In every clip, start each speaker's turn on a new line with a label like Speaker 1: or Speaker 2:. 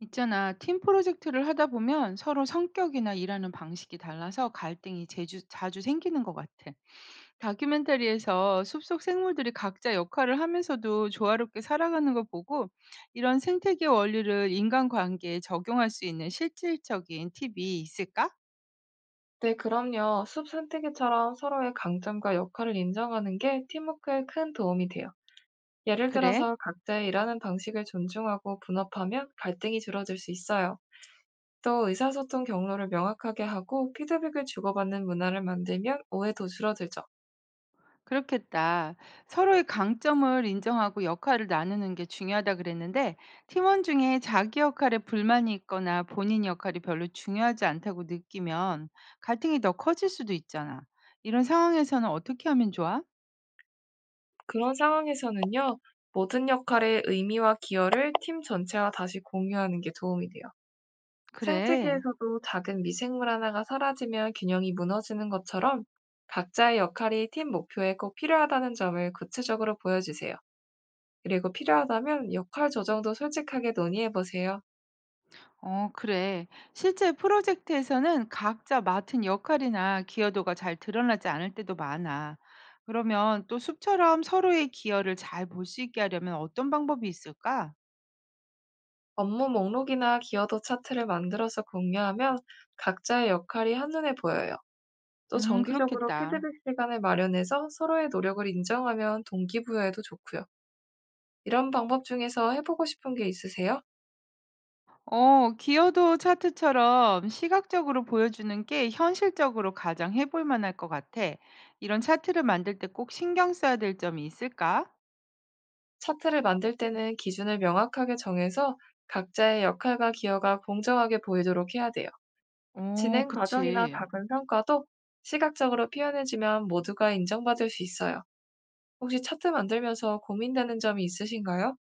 Speaker 1: 있잖아, 팀 프로젝트를 하다 보면 서로 성격이나 일하는 방식이 달라서 갈등이 자주 생기는 것 같아. 다큐멘터리에서 숲속 생물들이 각자 역할을 하면서도 조화롭게 살아가는 걸 보고 이런 생태계 원리를 인간관계에 적용할 수 있는 실질적인 팁이 있을까?
Speaker 2: 네, 그럼요. 숲 산뜨기처럼 서로의 강점과 역할을 인정하는 게 팀워크에 큰 도움이 돼요. 예를
Speaker 1: 그래?
Speaker 2: 들어서 각자의 일하는 방식을 존중하고 분업하면 갈등이 줄어들 수 있어요. 또 의사소통 경로를 명확하게 하고 피드백을 주고받는 문화를 만들면 오해도 줄어들죠.
Speaker 1: 그렇겠다. 서로의 강점을 인정하고 역할을 나누는 게 중요하다 그랬는데, 팀원 중에 자기 역할에 불만이 있거나 본인 역할이 별로 중요하지 않다고 느끼면 갈등이 더 커질 수도 있잖아. 이런 상황에서는 어떻게 하면 좋아?
Speaker 2: 그런 상황에서는요, 모든 역할의 의미와 기여를 팀 전체와 다시 공유하는 게 도움이 돼요.
Speaker 1: 그래.
Speaker 2: 생태계에서도 작은 미생물 하나가 사라지면 균형이 무너지는 것처럼 각자의 역할이 팀 목표에 꼭 필요하다는 점을 구체적으로 보여주세요. 그리고 필요하다면 역할 조정도 솔직하게 논의해 보세요.
Speaker 1: 어, 그래. 실제 프로젝트에서는 각자 맡은 역할이나 기여도가 잘 드러나지 않을 때도 많아. 그러면 또 숲처럼 서로의 기여를 잘 볼 수 있게 하려면 어떤 방법이 있을까?
Speaker 2: 업무 목록이나 기여도 차트를 만들어서 공유하면 각자의 역할이 한눈에 보여요. 또 정기적으로
Speaker 1: 그렇겠다.
Speaker 2: 피드백 시간을 마련해서 서로의 노력을 인정하면 동기부여에도 좋고요. 이런 방법 중에서 해보고 싶은 게 있으세요?
Speaker 1: 어, 기여도 차트처럼 시각적으로 보여주는 게 현실적으로 가장 해볼 만할 것 같아. 이런 차트를 만들 때 꼭 신경 써야 될 점이 있을까?
Speaker 2: 차트를 만들 때는 기준을 명확하게 정해서 각자의 역할과 기여가 공정하게 보이도록 해야 돼요.
Speaker 1: 어,
Speaker 2: 진행 과정이나
Speaker 1: 그치.
Speaker 2: 작은 성과도 시각적으로 표현해주면 모두가 인정받을 수 있어요. 혹시 차트 만들면서 고민되는 점이 있으신가요?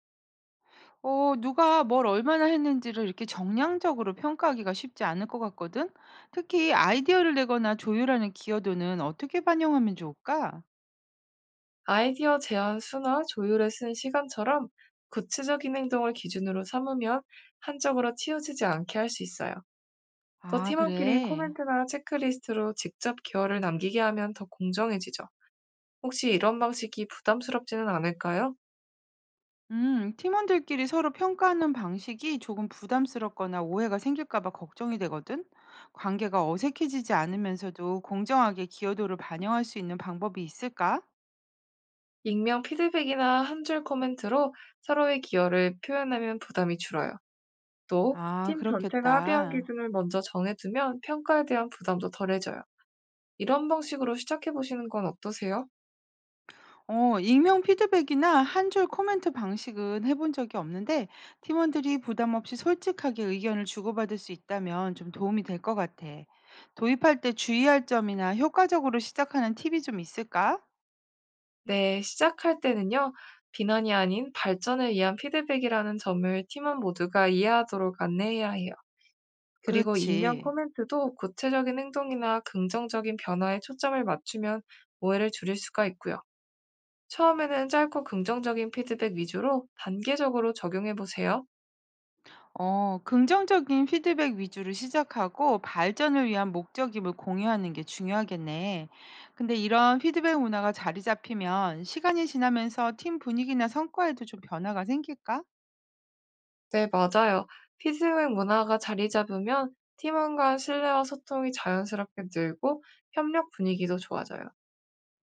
Speaker 1: 어, 누가 뭘 얼마나 했는지를 이렇게 정량적으로 평가하기가 쉽지 않을 것 같거든? 특히 아이디어를 내거나 조율하는 기여도는 어떻게 반영하면 좋을까?
Speaker 2: 아이디어 제안 수나 조율에 쓴 시간처럼 구체적인 행동을 기준으로 삼으면 한쪽으로 치우치지 않게 할 수 있어요. 또
Speaker 1: 아,
Speaker 2: 팀원끼리
Speaker 1: 그래.
Speaker 2: 코멘트나 체크리스트로 직접 기여를 남기게 하면 더 공정해지죠. 혹시 이런 방식이 부담스럽지는 않을까요?
Speaker 1: 팀원들끼리 서로 평가하는 방식이 조금 부담스럽거나 오해가 생길까 봐 걱정이 되거든. 관계가 어색해지지 않으면서도 공정하게 기여도를 반영할 수 있는 방법이 있을까?
Speaker 2: 익명 피드백이나 한 줄 코멘트로 서로의 기여를 표현하면 부담이 줄어요. 또,
Speaker 1: 아,
Speaker 2: 팀 전체가 합의한
Speaker 1: 그렇겠다.
Speaker 2: 기준을 먼저 정해두면 평가에 대한 부담도 덜해져요. 이런 방식으로 시작해보시는 건 어떠세요?
Speaker 1: 어, 익명 피드백이나 한줄 코멘트 방식은 해본 적이 없는데 팀원들이 부담 없이 솔직하게 의견을 주고받을 수 있다면 좀 도움이 될 것 같아. 도입할 때 주의할 점이나 효과적으로 시작하는 팁이 좀 있을까?
Speaker 2: 네, 시작할 때는요, 비난이 아닌 발전을 위한 피드백이라는 점을 팀원 모두가 이해하도록 안내해야 해요. 그리고 익명
Speaker 1: 그렇지.
Speaker 2: 코멘트도 구체적인 행동이나 긍정적인 변화에 초점을 맞추면 오해를 줄일 수가 있고요. 처음에는 짧고 긍정적인 피드백 위주로 단계적으로 적용해 보세요.
Speaker 1: 어, 긍정적인 피드백 위주로 시작하고 발전을 위한 목적임을 공유하는 게 중요하겠네. 근데 이런 피드백 문화가 자리 잡히면 시간이 지나면서 팀 분위기나 성과에도 좀 변화가 생길까?
Speaker 2: 네, 맞아요. 피드백 문화가 자리 잡으면 팀원 간 신뢰와 소통이 자연스럽게 늘고 협력 분위기도 좋아져요.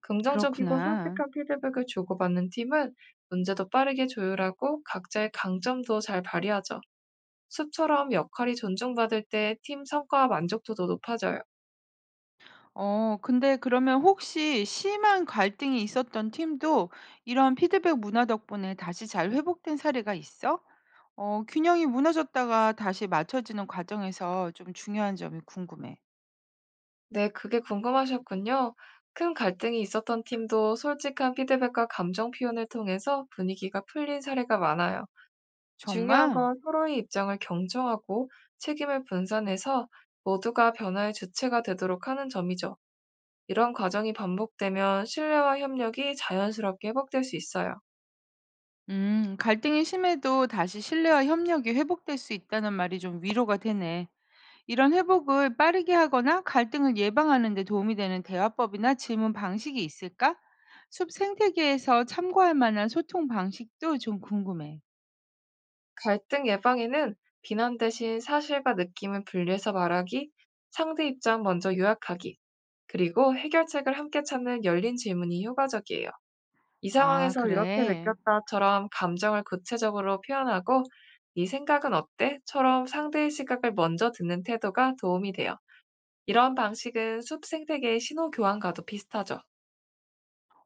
Speaker 2: 긍정적이고
Speaker 1: 그렇구나.
Speaker 2: 솔직한 피드백을 주고받는 팀은 문제도 빠르게 조율하고 각자의 강점도 잘 발휘하죠. 숲처럼 역할이 존중받을 때 팀 성과와 만족도도 높아져요.
Speaker 1: 어, 근데 그러면 혹시 심한 갈등이 있었던 팀도 이런 피드백 문화 덕분에 다시 잘 회복된 사례가 있어? 어, 균형이 무너졌다가 다시 맞춰지는 과정에서 좀 중요한 점이 궁금해.
Speaker 2: 네, 그게 궁금하셨군요. 큰 갈등이 있었던 팀도 솔직한 피드백과 감정 표현을 통해서 분위기가 풀린 사례가 많아요. 중요한
Speaker 1: 정말?
Speaker 2: 건 서로의 입장을 경청하고 책임을 분산해서 모두가 변화의 주체가 되도록 하는 점이죠. 이런 과정이 반복되면 신뢰와 협력이 자연스럽게 회복될 수 있어요.
Speaker 1: 갈등이 심해도 다시 신뢰와 협력이 회복될 수 있다는 말이 좀 위로가 되네. 이런 회복을 빠르게 하거나 갈등을 예방하는 데 도움이 되는 대화법이나 질문 방식이 있을까? 숲 생태계에서 참고할 만한 소통 방식도 좀 궁금해.
Speaker 2: 갈등 예방에는 비난 대신 사실과 느낌을 분리해서 말하기, 상대 입장 먼저 요약하기, 그리고 해결책을 함께 찾는 열린 질문이 효과적이에요. "이
Speaker 1: 아,
Speaker 2: 상황에서 이렇게
Speaker 1: 그래.
Speaker 2: 느꼈다."처럼 감정을 구체적으로 표현하고 "네 생각은 어때?"처럼 상대의 시각을 먼저 듣는 태도가 도움이 돼요. 이런 방식은 숲 생태계의 신호 교환과도 비슷하죠.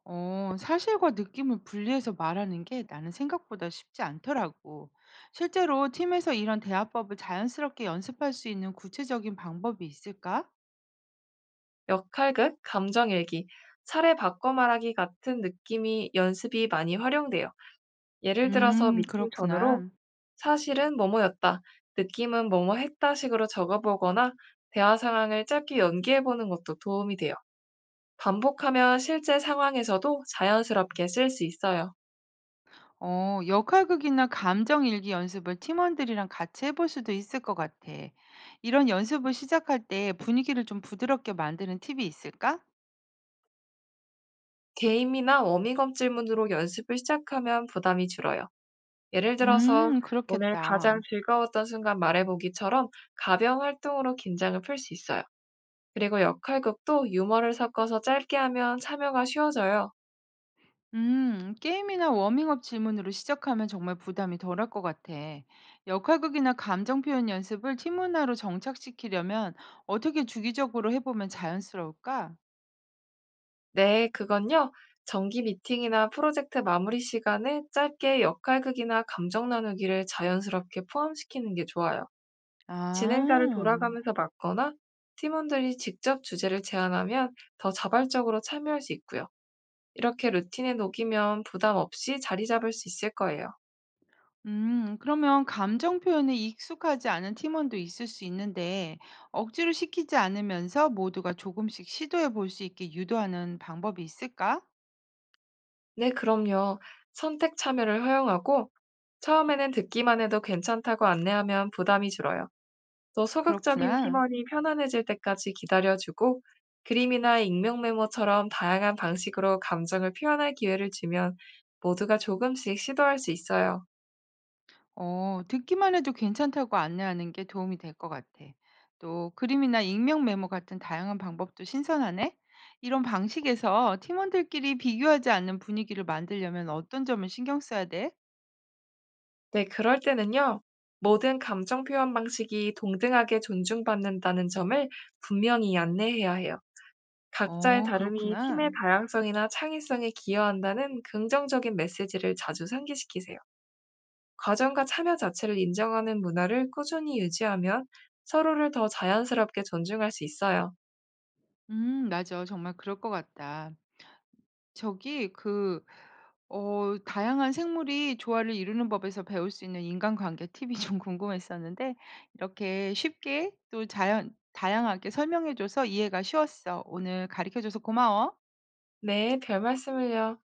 Speaker 1: 어, 사실과 느낌을 분리해서 말하는 게 나는 생각보다 쉽지 않더라고. 실제로 팀에서 이런 대화법을 자연스럽게 연습할 수 있는 구체적인 방법이 있을까?
Speaker 2: 역할극, 감정 일기, 차례 바꿔 말하기 같은 느낌이 연습이 많이 활용돼요. 예를 들어서 미팅 전으로
Speaker 1: 그렇구나.
Speaker 2: "사실은 뭐뭐였다. 느낌은 뭐뭐했다." 식으로 적어보거나 대화 상황을 짧게 연기해 보는 것도 도움이 돼요. 반복하면 실제 상황에서도 자연스럽게 쓸 수 있어요.
Speaker 1: 어, 역할극이나 감정일기 연습을 팀원들이랑 같이 해볼 수도 있을 것 같아. 이런 연습을 시작할 때 분위기를 좀 부드럽게 만드는 팁이 있을까?
Speaker 2: 게임이나 워밍업 질문으로 연습을 시작하면 부담이 줄어요. 예를 들어서 오늘 가장
Speaker 1: 그렇겠다.
Speaker 2: 즐거웠던 순간 말해보기처럼 가벼운 활동으로 긴장을 풀 수 있어요. 그리고 역할극도 유머를 섞어서 짧게 하면 참여가 쉬워져요.
Speaker 1: 게임이나 워밍업 질문으로 시작하면 정말 부담이 덜할 것 같아. 역할극이나 감정 표현 연습을 팀 문화로 정착시키려면 어떻게 주기적으로 해보면 자연스러울까?
Speaker 2: 네, 그건요. 정기 미팅이나 프로젝트 마무리 시간에 짧게 역할극이나 감정 나누기를 자연스럽게 포함시키는 게 좋아요. 진행자를
Speaker 1: 아.
Speaker 2: 돌아가면서 맡거나 팀원들이 직접 주제를 제안하면 더 자발적으로 참여할 수 있고요. 이렇게 루틴에 녹이면 부담 없이 자리 잡을 수 있을 거예요.
Speaker 1: 그러면 감정 표현에 익숙하지 않은 팀원도 있을 수 있는데, 억지로 시키지 않으면서 모두가 조금씩 시도해 볼 수 있게 유도하는 방법이 있을까?
Speaker 2: 네, 그럼요. 선택 참여를 허용하고 처음에는 듣기만 해도 괜찮다고 안내하면 부담이 줄어요. 또 소극적인
Speaker 1: 그렇구나.
Speaker 2: 팀원이 편안해질 때까지 기다려주고 그림이나 익명 메모처럼 다양한 방식으로 감정을 표현할 기회를 주면 모두가 조금씩 시도할 수 있어요.
Speaker 1: 어, 듣기만 해도 괜찮다고 안내하는 게 도움이 될 것 같아. 또 그림이나 익명 메모 같은 다양한 방법도 신선하네? 이런 방식에서 팀원들끼리 비교하지 않는 분위기를 만들려면 어떤 점을 신경 써야 돼?
Speaker 2: 네, 그럴 때는요, 모든 감정 표현 방식이 동등하게 존중받는다는 점을 분명히 안내해야 해요. 각자의
Speaker 1: 어,
Speaker 2: 다름이 팀의
Speaker 1: 그렇구나.
Speaker 2: 다양성이나 창의성에 기여한다는 긍정적인 메시지를 자주 상기시키세요. 과정과 참여 자체를 인정하는 문화를 꾸준히 유지하면 서로를 더 자연스럽게 존중할 수 있어요.
Speaker 1: 맞아. 정말 그럴 것 같다. 저기 그 어 다양한 생물이 조화를 이루는 법에서 배울 수 있는 인간관계 팁이 좀 궁금했었는데 이렇게 쉽게 또 자연 다양하게 설명해 줘서 이해가 쉬웠어. 오늘 가르쳐 줘서 고마워.
Speaker 2: 네, 별 말씀을요.